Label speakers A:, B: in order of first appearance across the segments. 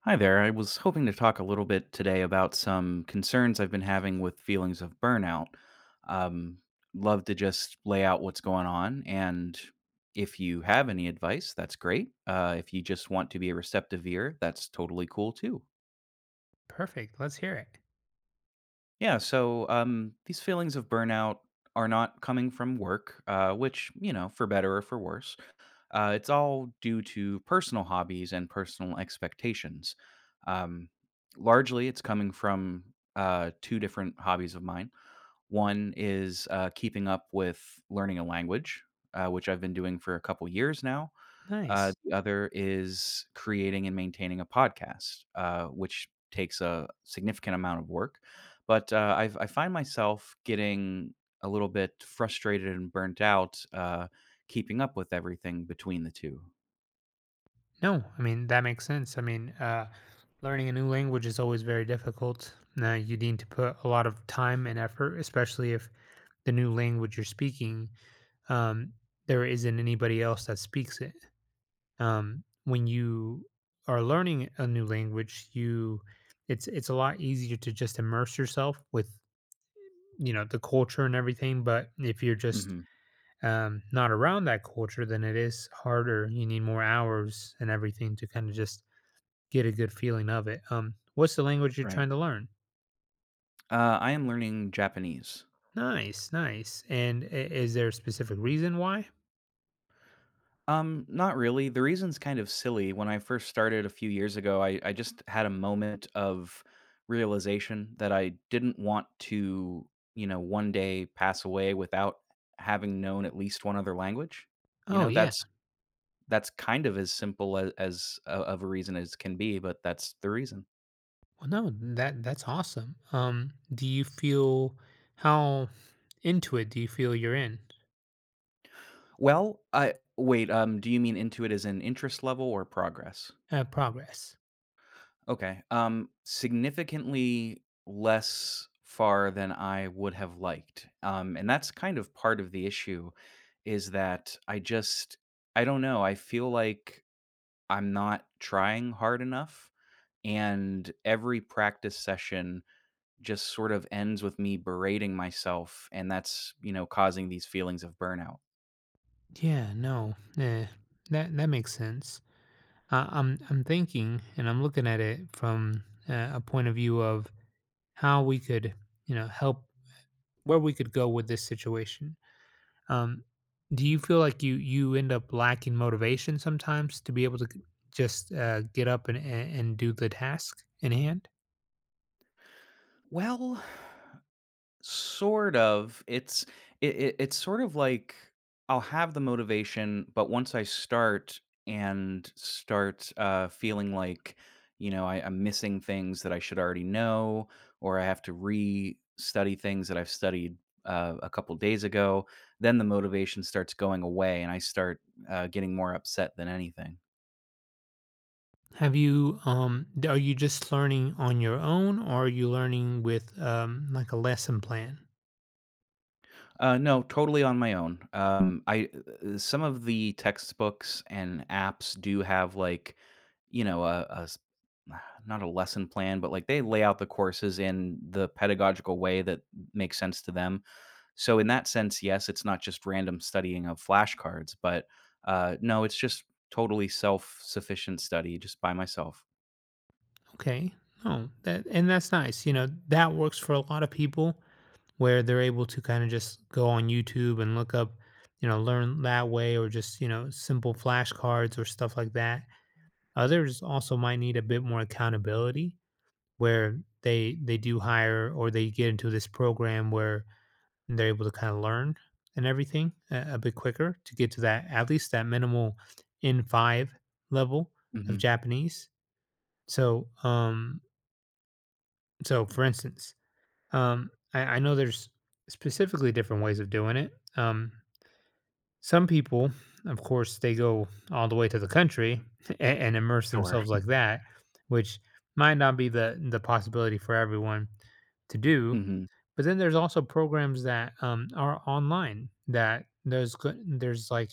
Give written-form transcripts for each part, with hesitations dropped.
A: Hi there. I was hoping to talk a little bit today about some concerns I've been having with feelings of burnout. Um, love to just lay out what's going on. And if you have any advice, that's great. If you just want to be a receptive ear, that's totally cool too.
B: Perfect. Let's hear it.
A: Yeah. So these feelings of burnout are not coming from work, which, for better or for worse. It's all due to personal hobbies and personal expectations. Um, largely, it's coming from two different hobbies of mine. One is keeping up with learning a language, which I've been doing for a couple years now. Uh,
B: Nice.
A: the other is creating and maintaining a podcast, which takes a significant amount of work. But I find myself getting a little bit frustrated and burnt out keeping up with everything between the two.
B: No, I mean that makes sense. I mean, learning a new language is always very difficult. Now you need to put a lot of time and effort, especially if the new language you're speaking, um, there isn't anybody else that speaks it. When you are learning a new language, you it's a lot easier to just immerse yourself with you know the culture and everything. But if you're just
A: Hmm.
B: not around that culture, then it is harder. You need more hours and everything to kind of just get a good feeling of it. What's the language you're
A: Right.
B: trying to learn?
A: I am learning Japanese.
B: Nice, nice. And is there a specific reason why?
A: Not really. The reason's kind of silly. When I first started a few years ago, I just had a moment of realization that I didn't want to, one day pass away without having known at least one other language. You
B: Oh
A: know,
B: yeah.
A: that's that's kind of as simple as, of a reason as can be, but that's the reason.
B: Well, no, that's awesome. Do you feel how into it do you feel you're in
A: Well, I wait. Do you mean into it as an interest level or progress?
B: progress?
A: Okay. Significantly less far than I would have liked. And that's kind of part of the issue is that I don't know. I feel like I'm not trying hard enough. And every practice session just sort of ends with me berating myself. And that's, causing these feelings of burnout.
B: Yeah, no, that makes sense. I'm thinking and I'm looking at it from a point of view of how we could, you know, help where we could go with this situation. Um, do you feel like you end up lacking motivation sometimes to be able to just get up and and do the task in hand?
A: Well, sort of. It's it, it it's sort of like I'll have the motivation, but once I start and start feeling like I'm missing things that I should already know, or I have to re-study things that I've studied a couple days ago, then the motivation starts going away, and I start getting more upset than anything.
B: Have you are you just learning on your own or are you learning with like a lesson plan?
A: No, totally on my own. I some of the textbooks and apps do have like, you know, a, a s- not a lesson plan, but like they lay out the courses in the pedagogical way that makes sense to them. So in that sense, yes, it's not just random studying of flashcards, but no, it's just totally self-sufficient study, just by myself.
B: Okay. Oh, that and that's nice. You know, that works for a lot of people where they're able to kind of just go on YouTube and look up, you know, learn that way or just, you know, simple flashcards or stuff like that. Others also might need a bit more accountability where they do hire or they get into this program where they're able to kind of learn and everything a bit quicker to get to that at least that minimal N5 level of
A: Hmm.
B: Japanese. So, um so, for instance, I know there's specifically different ways of doing it. Some people, of course, they go all the way to the country and immerse
A: Sure.
B: themselves like that, which might not be the possibility for everyone to do.
A: Hmm.
B: But then there's also programs that are online that there's like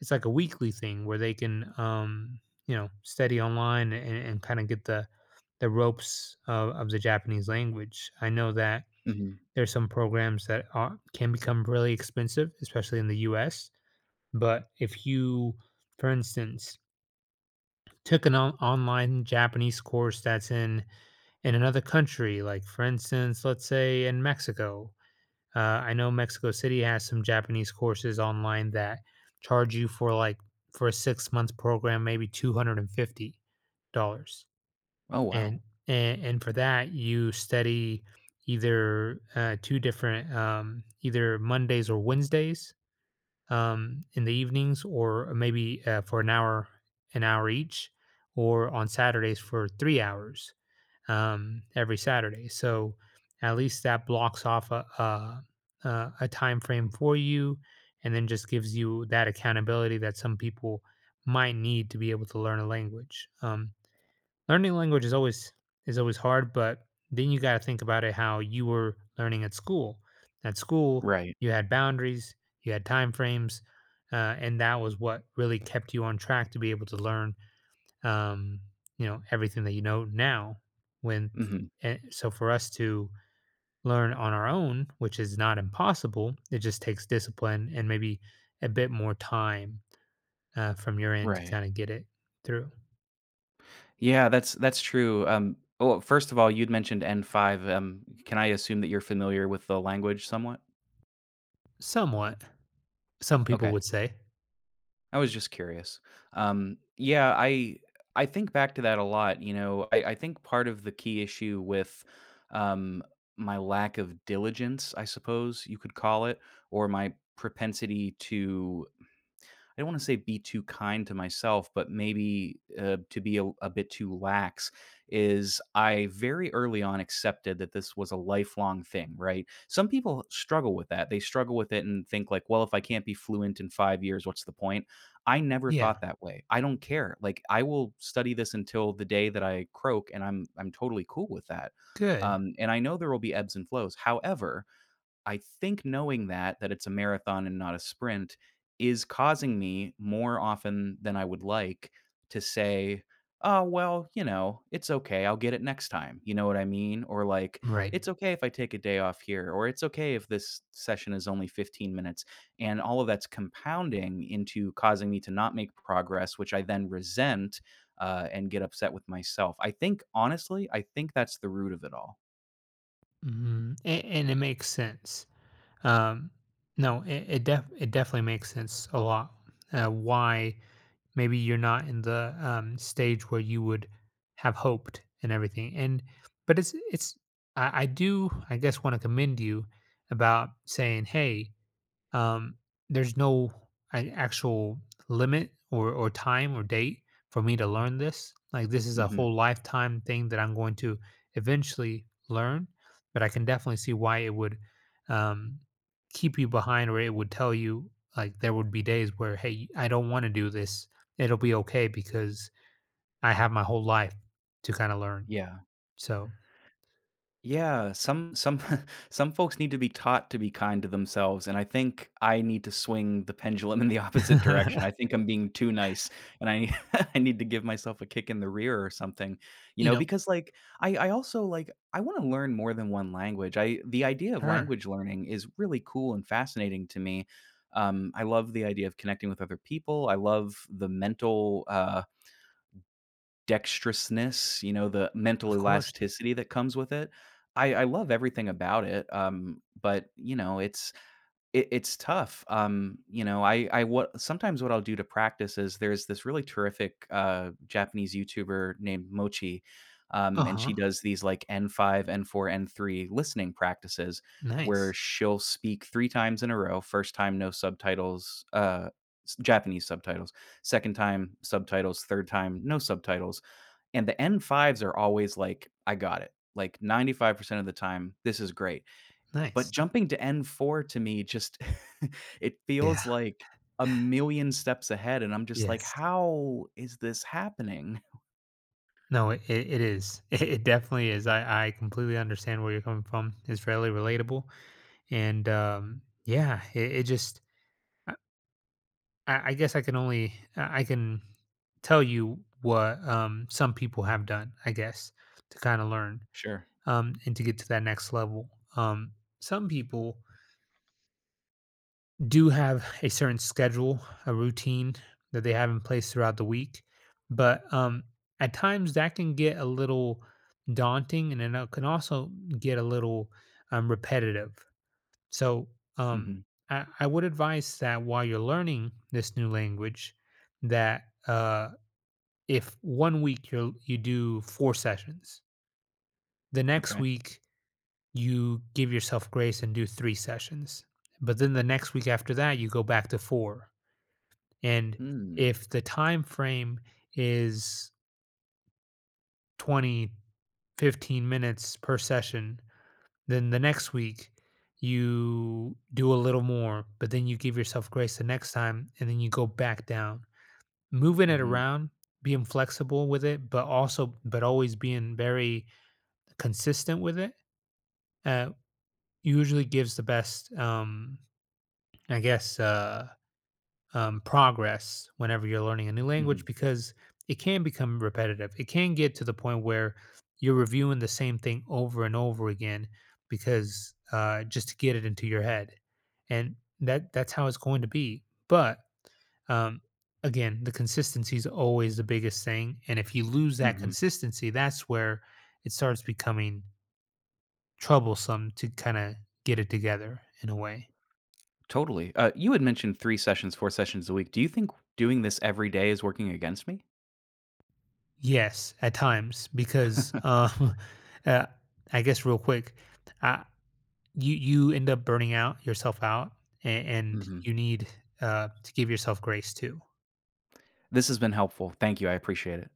B: it's like a weekly thing where they can you know study online and kind of get the ropes of the Japanese language. I know that
A: Hmm.
B: there's some programs that are, can become really expensive, especially in the US. But if you, for instance, took an online Japanese course that's in another country, like for instance, let's say in Mexico. I know Mexico City has some Japanese courses online that charge you for like for a 6 month program, maybe $250.
A: Oh wow.
B: And and for that, you study either, 2 different, either Mondays or Wednesdays, in the evenings or maybe, for an hour each, or on Saturdays for 3 hours, every Saturday. So, at least that blocks off a time frame for you, and then just gives you that accountability that some people might need to be able to learn a language. Learning language is always hard. But then you got to think about it. How you were learning at school at school
A: Right.
B: you had boundaries, you had time frames, and that was what really kept you on track to be able to learn, um, you know, everything that you know now. when
A: Hmm.
B: so for us to learn on our own, which is not impossible, it just takes discipline and maybe a bit more time, from your end to
A: Right.
B: kind of get it through.
A: Yeah, that's true. Well, first of all, you'd mentioned N5. Can I assume that you're familiar with the language somewhat?
B: Somewhat, some people
A: Okay,
B: would say.
A: I was just curious. Yeah, I think back to that a lot. I think part of the key issue with um, my lack of diligence, I suppose you could call it, or my propensity to I don't want to say be too kind to myself, but maybe to be a bit too lax is I very early on accepted that this was a lifelong thing, right? Some people struggle with that. They struggle with it and think, like, well, if I can't be fluent in 5 years, what's the point? I never
B: Yeah.
A: thought that way. I don't care. Like, I will study this until the day that I croak, and I'm totally cool with that.
B: Good.
A: And I know there will be ebbs and flows. However, I think knowing that it's a marathon and not a sprint is causing me more often than I would like to say, "Oh, well, you know, it's okay. I'll get it next time." You know what I mean? Or like,
B: Right.
A: "It's okay if I take a day off here," or "It's okay if this session is only 15 minutes." And all of that's compounding into causing me to not make progress, which I then resent and get upset with myself. I think honestly, I think that's the root of it all.
B: Mhm. A and it makes sense. Um, no, it definitely makes sense a lot, why maybe you're not in the, stage where you would have hoped and everything, and but it's I do, I guess, wanna commend you about saying, "Hey," um, there's no an actual limit or time or date for me to learn this. Like this is a
A: Hmm.
B: whole lifetime thing that I'm going to eventually learn, but I can definitely see why it would um, keep you behind, or it would tell you like there would be days where hey, I don't want to do this. It'll be okay because I have my whole life to kind of learn.
A: Yeah.
B: So
A: Yeah, some some folks need to be taught to be kind to themselves, and I think I need to swing the pendulum in the opposite direction. I think I'm being too nice, and I I need to give myself a kick in the rear or something,
B: you know,
A: because like I also like I want to learn more than one language. I the idea of
B: her
A: language learning is really cool and fascinating to me. I love the idea of connecting with other people. I love the mental dexterousness, the mental
B: of course.
A: elasticity that comes with it. I love everything about it. But it's tough. I what sometimes what I'll do to practice is there's this really terrific Japanese YouTuber named Mochi,
B: Uh
A: and she
B: huh.
A: does these like N5, N4, N3 listening practices where
B: Nice,
A: she'll speak three times in a row. First time, no subtitles, Japanese subtitles. Second time, subtitles. Third time, no subtitles and the N5s are always like, "I got it." Like 95% of the time, this is great. But
B: nice.
A: jumping to N4 to me just it
B: Yeah.
A: feels like a million steps ahead, and I'm just like,
B: Yes.
A: "How is this happening?"
B: No, it it is. It definitely is. I completely understand where you're coming from. It's fairly relatable. And yeah, it just, I, I guess I can only, I can tell you what some people have done, I guess, to kind of learn,
A: Sure.
B: and to get to that next level. Um, some people do have a certain schedule, a routine that they have in place throughout the week. But at times that can get a little daunting, and then it can also get a little repetitive. So um,
A: Mhm.
B: I would advise that while you're learning this new language, that if 1 week you do 4 sessions, the next
A: Okay.
B: week you give yourself grace and do 3 sessions. But then the next week after that, you go back to 4. And
A: Mm.
B: if the time frame is 20, 15 minutes per session, then the next week you do a little more, but then you give yourself grace the next time and then you go back down. Moving it
A: Mhm.
B: around, being flexible with it, but also, but always being very consistent with it, uh, usually gives the best, I guess, uh, progress whenever you're learning a new language,
A: Mhm.
B: because it can become repetitive. It can get to the point where you're reviewing the same thing over and over again, because just to get it into your head, and that's how it's going to be. But um, again, the consistency is always the biggest thing, and if you lose that
A: Mhm.
B: consistency, that's where it starts becoming troublesome to kind of get it together in a way.
A: Totally. You had mentioned three sessions, four sessions a week. Do you think doing this every day is working against me?
B: Yes, at times because, uh, I guess real quick, uh, you you end up burning out yourself out, and
A: Mhm.
B: you need to give yourself grace too.
A: This has been helpful. Thank you. I appreciate it.